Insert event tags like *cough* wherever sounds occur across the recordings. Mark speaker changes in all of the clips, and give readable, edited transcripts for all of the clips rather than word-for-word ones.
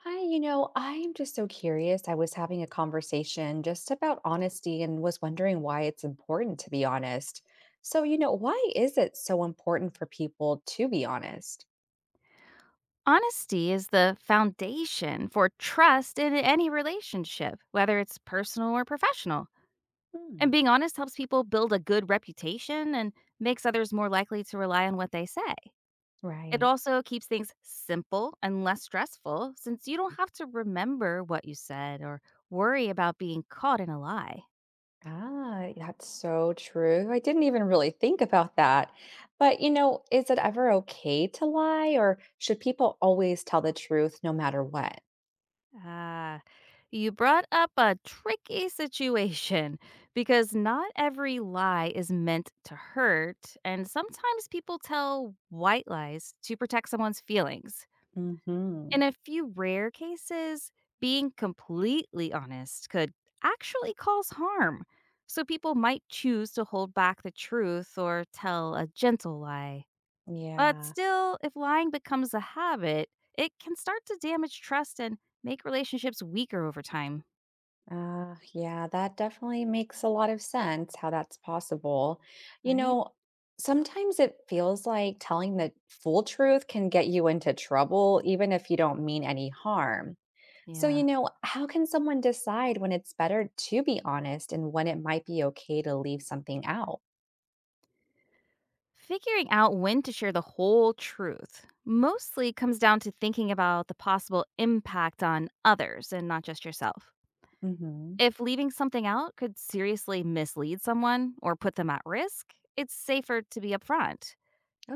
Speaker 1: Hi, I'm just so curious. I was having a conversation just about honesty and was wondering why it's important to be honest. So, why is it so important for people to be honest?
Speaker 2: Honesty is the foundation for trust in any relationship, whether it's personal or professional.
Speaker 1: Hmm.
Speaker 2: And being honest helps people build a good reputation and makes others more likely to rely on what they say. It
Speaker 1: Right.
Speaker 2: also keeps things simple and less stressful since you don't have to remember what you said or worry about being caught in a lie.
Speaker 1: Ah, that's so true. I didn't even really think about that. But, is it ever okay to lie or should people always tell the truth no matter what?
Speaker 2: Ah, you brought up a tricky situation *laughs* because not every lie is meant to hurt, and sometimes people tell white lies to protect someone's feelings. In
Speaker 1: Hmm.
Speaker 2: a few rare cases, being completely honest could actually cause harm. So people might choose to hold back the truth or tell a gentle lie. But
Speaker 1: Yeah.
Speaker 2: still, if lying becomes a habit, it can start to damage trust and make relationships weaker over time,
Speaker 1: Yeah, that definitely makes a lot of sense how that's possible. You
Speaker 2: right?
Speaker 1: know, Sometimes it feels like telling the full truth can get you into trouble, even if you don't mean any harm. So,
Speaker 2: Yeah.
Speaker 1: how can someone decide when it's better to be honest and when it might be okay to leave something out?
Speaker 2: Figuring out when to share the whole truth mostly comes down to thinking about the possible impact on others and not just yourself.
Speaker 1: Hmm.
Speaker 2: If leaving something out could seriously mislead someone or put them at risk, it's safer to be upfront.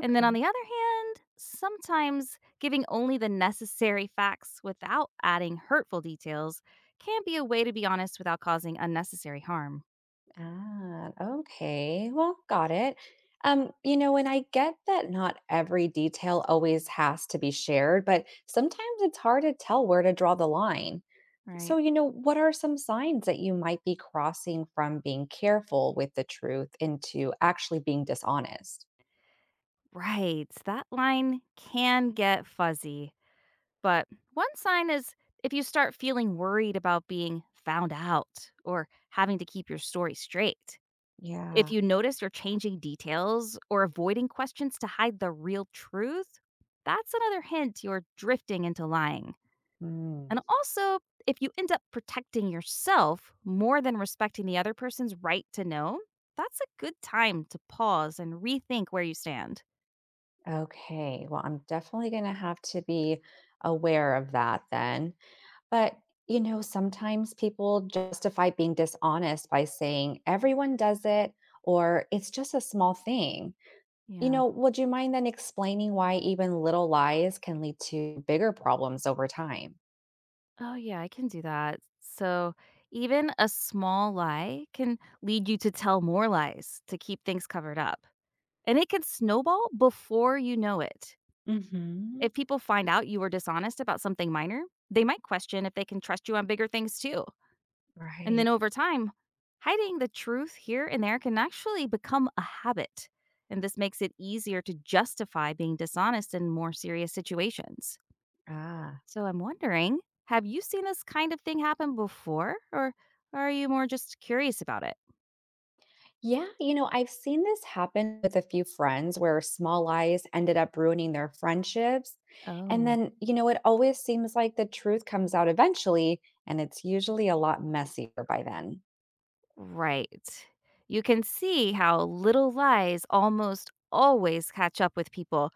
Speaker 2: And then on the other hand, sometimes giving only the necessary facts without adding hurtful details can be a way to be honest without causing unnecessary harm.
Speaker 1: Ah, okay. Well, got it. And I get that not every detail always has to be shared, but sometimes it's hard to tell where to draw the line.
Speaker 2: Right.
Speaker 1: So, what are some signs that you might be crossing from being careful with the truth into actually being dishonest?
Speaker 2: Right. That line can get fuzzy. But one sign is if you start feeling worried about being found out or having to keep your story straight. If
Speaker 1: Yeah.
Speaker 2: you notice you're changing details or avoiding questions to hide the real truth, that's another hint you're drifting into lying.
Speaker 1: Mm.
Speaker 2: And also, if you end up protecting yourself more than respecting the other person's right to know, that's a good time to pause and rethink where you stand.
Speaker 1: Okay. Well, I'm definitely going to have to be aware of that then. But, sometimes people justify being dishonest by saying everyone does it or it's just a small thing.
Speaker 2: Yeah.
Speaker 1: Would you mind then explaining why even little lies can lead to bigger problems over time?
Speaker 2: Oh, yeah, I can do that. So, even a small lie can lead you to tell more lies to keep things covered up. And it can snowball before you know it.
Speaker 1: Hmm.
Speaker 2: If people find out you were dishonest about something minor, they might question if they can trust you on bigger things too. And then
Speaker 1: Right.
Speaker 2: over time, hiding the truth here and there can actually become a habit. And this makes it easier to justify being dishonest in more serious situations.
Speaker 1: Ah.
Speaker 2: So I'm wondering, have you seen this kind of thing happen before or are you more just curious about it?
Speaker 1: Yeah, I've seen this happen with a few friends where small lies ended up ruining their friendships. And
Speaker 2: Oh,
Speaker 1: then, it always seems like the truth comes out eventually, and it's usually a lot messier by then.
Speaker 2: right. You can see how little lies almost always catch up with people.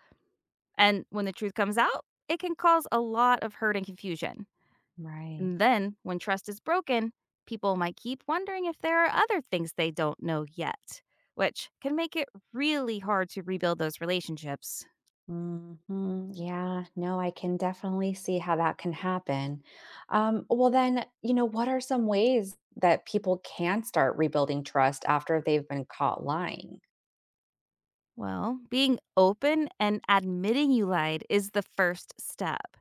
Speaker 2: And when the truth comes out, it can cause a lot of hurt and confusion.
Speaker 1: Right.
Speaker 2: And then, when trust is broken, people might keep wondering if there are other things they don't know yet, which can make it really hard to rebuild those relationships.
Speaker 1: Hmm. Yeah, no, I can definitely see how that can happen. Well, then, what are some ways that people can start rebuilding trust after they've been caught lying?
Speaker 2: Well, being open and admitting you lied is the first step.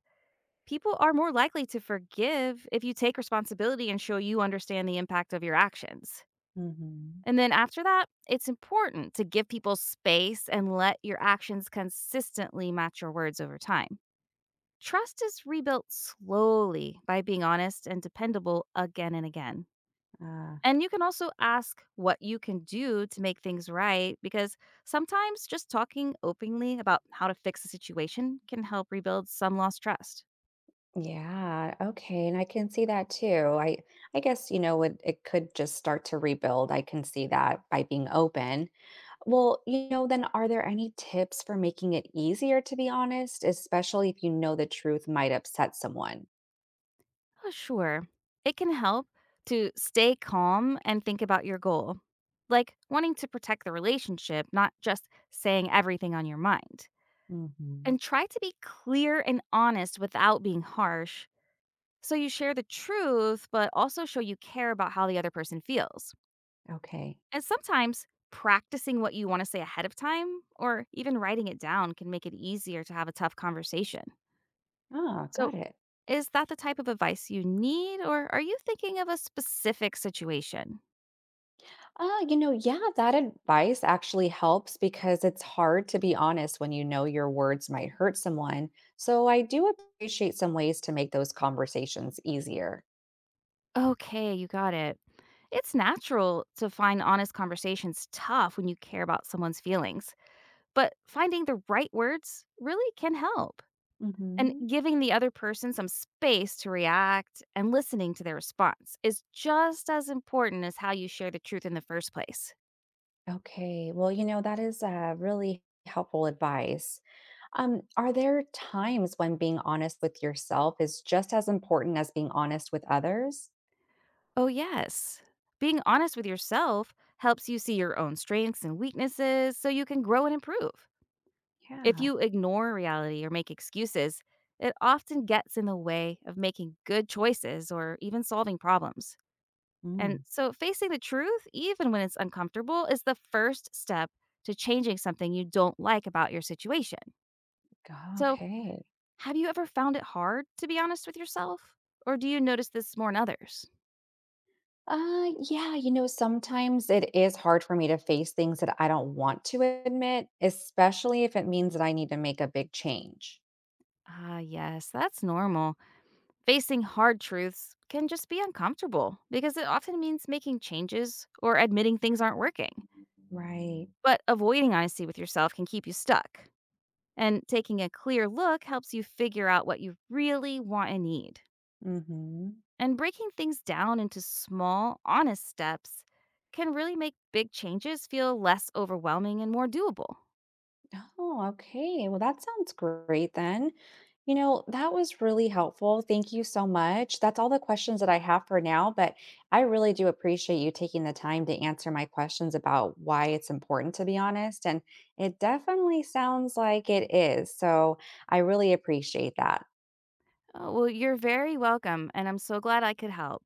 Speaker 2: People are more likely to forgive if you take responsibility and show you understand the impact of your actions.
Speaker 1: Hmm.
Speaker 2: And then after that, it's important to give people space and let your actions consistently match your words over time. Trust is rebuilt slowly by being honest and dependable again and again. And you can also ask what you can do to make things right because sometimes just talking openly about how to fix a situation can help rebuild some lost trust.
Speaker 1: Yeah, okay, and I can see that too. I guess, it could just start to rebuild. I can see that by being open. Well, then are there any tips for making it easier to be honest, especially if you know the truth might upset someone?
Speaker 2: Oh, sure. It can help to stay calm and think about your goal, like wanting to protect the relationship, not just saying everything on your mind.
Speaker 1: Hmm.
Speaker 2: And try to be clear and honest without being harsh. So you share the truth, but also show you care about how the other person feels.
Speaker 1: Okay.
Speaker 2: And sometimes practicing what you want to say ahead of time or even writing it down can make it easier to have a tough conversation.
Speaker 1: Ah,
Speaker 2: So,
Speaker 1: got it.
Speaker 2: is that the type of advice you need, or are you thinking of a specific situation?
Speaker 1: Ah, yeah, that advice actually helps because it's hard to be honest when you know your words might hurt someone. So I do appreciate some ways to make those conversations easier.
Speaker 2: Okay, you got it. It's natural to find honest conversations tough when you care about someone's feelings, but finding the right words really can help. And
Speaker 1: Hmm.
Speaker 2: giving the other person some space to react and listening to their response is just as important as how you share the truth in the first place.
Speaker 1: Okay. Well, that is really helpful advice. Are there times when being honest with yourself is just as important as being honest with others?
Speaker 2: Oh, yes. Being honest with yourself helps you see your own strengths and weaknesses so you can grow and improve. If
Speaker 1: Yeah.
Speaker 2: you ignore reality or make excuses, it often gets in the way of making good choices or even solving problems. And
Speaker 1: Mm.
Speaker 2: so facing the truth, even when it's uncomfortable, is the first step to changing something you don't like about your situation. So,
Speaker 1: Okay.
Speaker 2: have you ever found it hard to be honest with yourself? Or do you notice this more in others?
Speaker 1: Yeah, sometimes it is hard for me to face things that I don't want to admit, especially if it means that I need to make a big change.
Speaker 2: Ah, yes, that's normal. Facing hard truths can just be uncomfortable because it often means making changes or admitting things aren't working.
Speaker 1: Right.
Speaker 2: But avoiding honesty with yourself can keep you stuck. And taking a clear look helps you figure out what you really want and need.
Speaker 1: Mm-hmm.
Speaker 2: And breaking things down into small, honest steps can really make big changes feel less overwhelming and more doable.
Speaker 1: Oh, okay. Well, that sounds great then. That was really helpful. Thank you so much. That's all the questions that I have for now, but I really do appreciate you taking the time to answer my questions about why it's important to be honest. And it definitely sounds like it is. So I really appreciate that.
Speaker 2: Well, you're very welcome, and I'm so glad I could help.